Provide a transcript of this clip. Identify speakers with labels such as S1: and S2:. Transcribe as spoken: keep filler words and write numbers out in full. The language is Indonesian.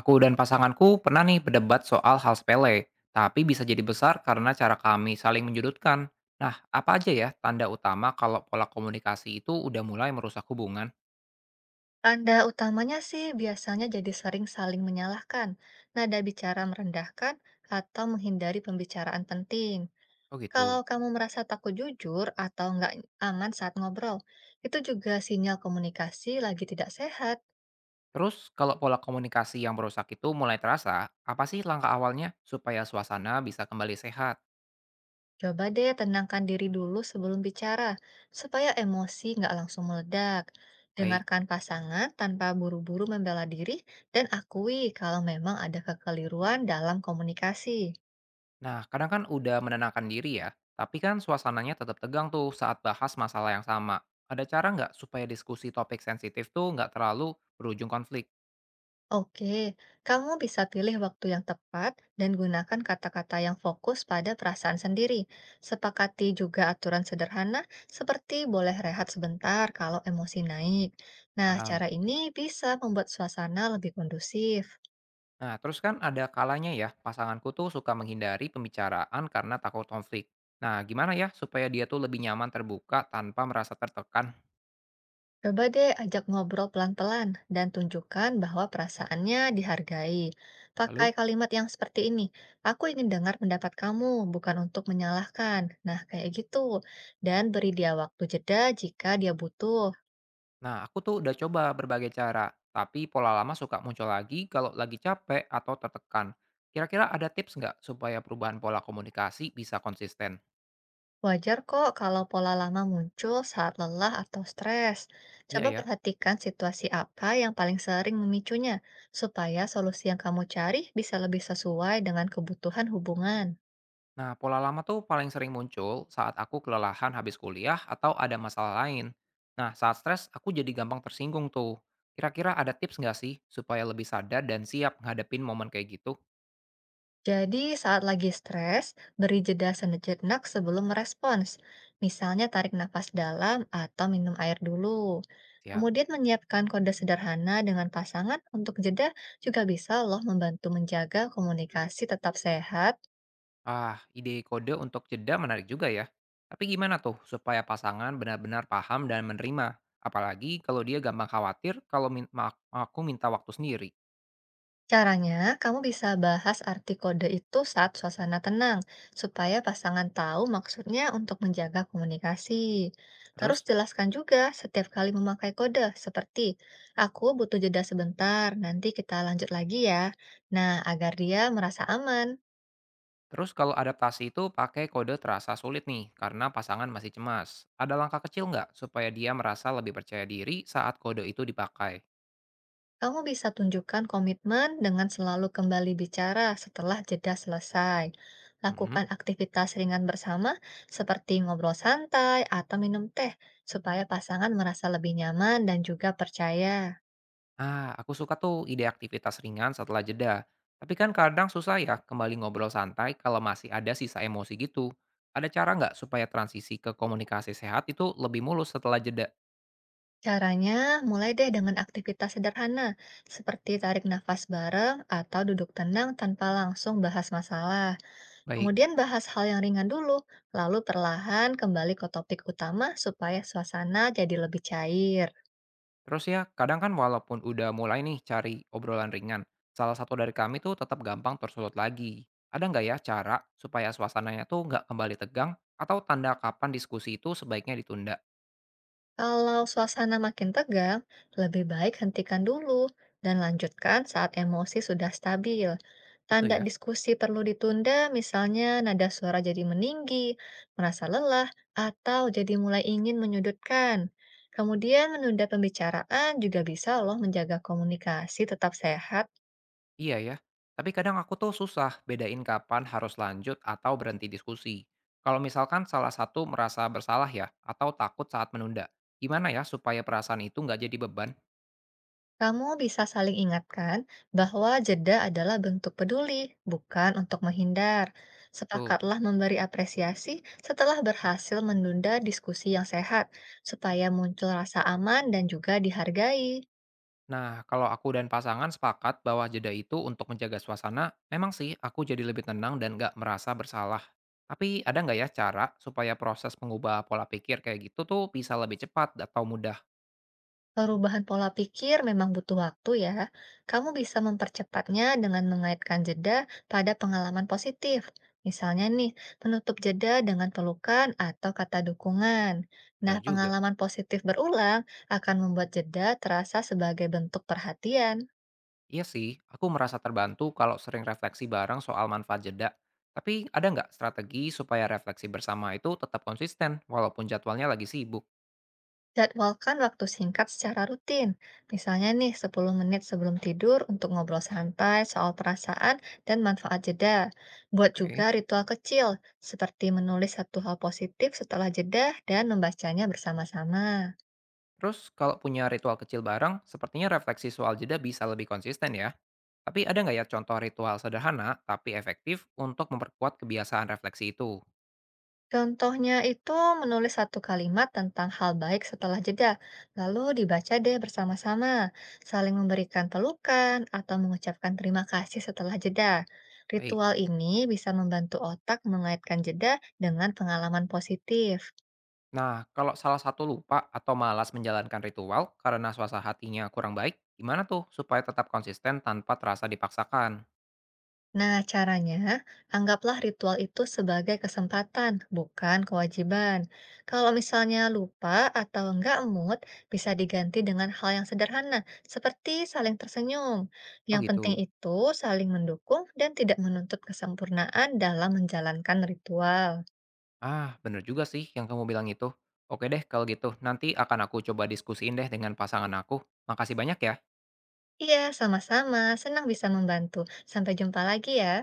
S1: Aku dan pasanganku pernah nih berdebat soal hal sepele, tapi bisa jadi besar karena cara kami saling menyudutkan. Nah, apa aja ya tanda utama kalau pola komunikasi itu udah mulai merusak hubungan?
S2: Tanda utamanya sih biasanya jadi sering saling menyalahkan, nada bicara merendahkan, atau menghindari pembicaraan penting.
S1: Oh
S2: Kalau
S1: gitu.
S2: kamu merasa takut jujur atau nggak aman saat ngobrol, itu juga sinyal komunikasi lagi tidak sehat.
S1: Terus, kalau pola komunikasi yang merusak itu mulai terasa, apa sih langkah awalnya supaya suasana bisa kembali sehat?
S2: Coba deh tenangkan diri dulu sebelum bicara, supaya emosi nggak langsung meledak.
S1: Baik.
S2: Dengarkan pasangan tanpa buru-buru membela diri dan akui kalau memang ada kekeliruan dalam komunikasi.
S1: Nah, kadang kan udah menenangkan diri ya, tapi kan suasananya tetap tegang tuh saat bahas masalah yang sama. Ada cara nggak supaya diskusi topik sensitif tuh nggak terlalu berujung konflik?
S2: Oke, kamu bisa pilih waktu yang tepat dan gunakan kata-kata yang fokus pada perasaan sendiri. Sepakati juga aturan sederhana seperti boleh rehat sebentar kalau emosi naik. Nah,
S1: Paham.
S2: cara ini bisa membuat suasana lebih kondusif.
S1: Nah, terus kan ada kalanya ya, pasanganku tuh suka menghindari pembicaraan karena takut konflik. Nah, gimana ya supaya dia tuh lebih nyaman terbuka tanpa merasa tertekan?
S2: Coba deh ajak ngobrol pelan-pelan dan tunjukkan bahwa perasaannya dihargai. Pakai
S1: Lalu,
S2: kalimat yang seperti ini, aku ingin dengar pendapat kamu, bukan untuk menyalahkan. Nah, kayak gitu. Dan beri dia waktu jeda jika dia butuh.
S1: nah aku tuh udah coba berbagai cara, tapi pola lama suka muncul lagi kalau lagi capek atau tertekan. Kira-kira ada tips nggak supaya perubahan pola komunikasi bisa konsisten?
S2: Wajar kok kalau pola lama muncul saat lelah atau stres.
S1: Iya
S2: Coba
S1: ya.
S2: perhatikan situasi apa yang paling sering memicunya, supaya solusi yang kamu cari bisa lebih sesuai dengan kebutuhan hubungan.
S1: Nah, pola lama tuh paling sering muncul saat aku kelelahan habis kuliah atau ada masalah lain. Nah, saat stres, aku jadi gampang tersinggung tuh. Kira-kira ada tips nggak sih supaya lebih sadar dan siap ngadepin momen kayak gitu?
S2: Jadi, saat lagi stres, beri jeda sejenak sebelum merespons. Misalnya tarik nafas dalam atau minum air dulu.
S1: Siap.
S2: Kemudian menyiapkan kode sederhana dengan pasangan untuk jeda juga bisa loh membantu menjaga komunikasi tetap sehat.
S1: Ah, ide kode untuk jeda menarik juga ya. Tapi gimana tuh supaya pasangan benar-benar paham dan menerima? Apalagi kalau dia gampang khawatir kalau min- ma- aku minta waktu sendiri.
S2: Caranya, kamu bisa bahas arti kode itu saat suasana tenang, supaya pasangan tahu maksudnya untuk menjaga komunikasi. Terus
S1: Terus?
S2: jelaskan juga setiap kali memakai kode, seperti "aku butuh jeda sebentar, nanti kita lanjut lagi ya." Nah, agar dia merasa aman.
S1: Terus kalau adaptasi itu pakai kode terasa sulit nih, karena pasangan masih cemas. Ada langkah kecil nggak supaya dia merasa lebih percaya diri saat kode itu dipakai?
S2: Kamu bisa tunjukkan komitmen dengan selalu kembali bicara setelah jeda selesai.
S1: Mhm.
S2: Lakukan aktivitas ringan bersama seperti ngobrol santai atau minum teh supaya pasangan merasa lebih nyaman dan juga percaya.
S1: Ah, aku suka tuh ide aktivitas ringan setelah jeda. Tapi kan kadang susah ya kembali ngobrol santai kalau masih ada sisa emosi gitu. Ada cara nggak supaya transisi ke komunikasi sehat itu lebih mulus setelah jeda?
S2: Caranya mulai deh dengan aktivitas sederhana seperti tarik nafas bareng atau duduk tenang tanpa langsung bahas masalah.
S1: Baik.
S2: Kemudian bahas hal yang ringan dulu, lalu perlahan kembali ke topik utama supaya suasana jadi lebih cair.
S1: Terus ya, kadang kan walaupun udah mulai nih cari obrolan ringan, salah satu dari kami tuh tetap gampang tersulut lagi. Ada nggak ya cara supaya suasananya tuh nggak kembali tegang atau tanda kapan diskusi itu sebaiknya ditunda?
S2: Kalau suasana makin tegang, lebih baik hentikan dulu dan lanjutkan saat emosi sudah stabil.
S1: Itu
S2: Tanda
S1: ya?
S2: diskusi perlu ditunda, misalnya nada suara jadi meninggi, merasa lelah, atau jadi mulai ingin menyudutkan. Kemudian menunda pembicaraan juga bisa loh menjaga komunikasi tetap sehat.
S1: Iya ya. Tapi kadang aku tuh susah bedain kapan harus lanjut atau berhenti diskusi. Kalau misalkan salah satu merasa bersalah ya, atau takut saat menunda, gimana ya supaya perasaan itu nggak jadi beban?
S2: Kamu bisa saling ingatkan bahwa jeda adalah bentuk peduli, bukan untuk menghindar.
S1: Betul.
S2: Sepakatlah memberi apresiasi setelah berhasil menunda diskusi yang sehat, supaya muncul rasa aman dan juga dihargai.
S1: Nah, kalau aku dan pasangan sepakat bahwa jeda itu untuk menjaga suasana, memang sih aku jadi lebih tenang dan nggak merasa bersalah. Tapi ada nggak ya cara supaya proses mengubah pola pikir kayak gitu tuh bisa lebih cepat atau mudah?
S2: Perubahan pola pikir memang butuh waktu ya. Kamu bisa mempercepatnya dengan mengaitkan jeda pada pengalaman positif. Misalnya nih, menutup jeda dengan pelukan atau kata dukungan. Nah,
S1: Benar juga.
S2: pengalaman positif berulang akan membuat jeda terasa sebagai bentuk perhatian.
S1: Iya sih, aku merasa terbantu kalau sering refleksi bareng soal manfaat jeda. Tapi ada nggak strategi supaya refleksi bersama itu tetap konsisten walaupun jadwalnya lagi sibuk?
S2: Jadwalkan waktu singkat secara rutin, misalnya nih sepuluh menit sebelum tidur untuk ngobrol santai soal perasaan dan manfaat jeda. Buat juga
S1: Oke.
S2: ritual kecil, seperti menulis satu hal positif setelah jeda dan membacanya bersama-sama.
S1: Terus kalau punya ritual kecil bareng, sepertinya refleksi soal jeda bisa lebih konsisten ya. Tapi ada nggak ya contoh ritual sederhana tapi efektif untuk memperkuat kebiasaan refleksi itu?
S2: Contohnya itu menulis satu kalimat tentang hal baik setelah jeda, lalu dibaca deh bersama-sama, saling memberikan pelukan atau mengucapkan terima kasih setelah jeda.
S1: Baik.
S2: Ritual ini bisa membantu otak mengaitkan jeda dengan pengalaman positif.
S1: Nah, kalau salah satu lupa atau malas menjalankan ritual karena suasana hatinya kurang baik, gimana tuh supaya tetap konsisten tanpa terasa dipaksakan?
S2: Nah, caranya, anggaplah ritual itu sebagai kesempatan, bukan kewajiban. Kalau misalnya lupa atau enggak mood, bisa diganti dengan hal yang sederhana, seperti saling tersenyum.
S1: Oh
S2: Yang penting
S1: gitu.
S2: itu saling mendukung dan tidak menuntut kesempurnaan dalam menjalankan ritual.
S1: Ah, bener juga sih yang kamu bilang itu. Oke deh kalau gitu, nanti akan aku coba diskusiin deh dengan pasangan aku. Makasih banyak ya.
S2: Iya, sama-sama. Senang bisa membantu. Sampai jumpa lagi ya.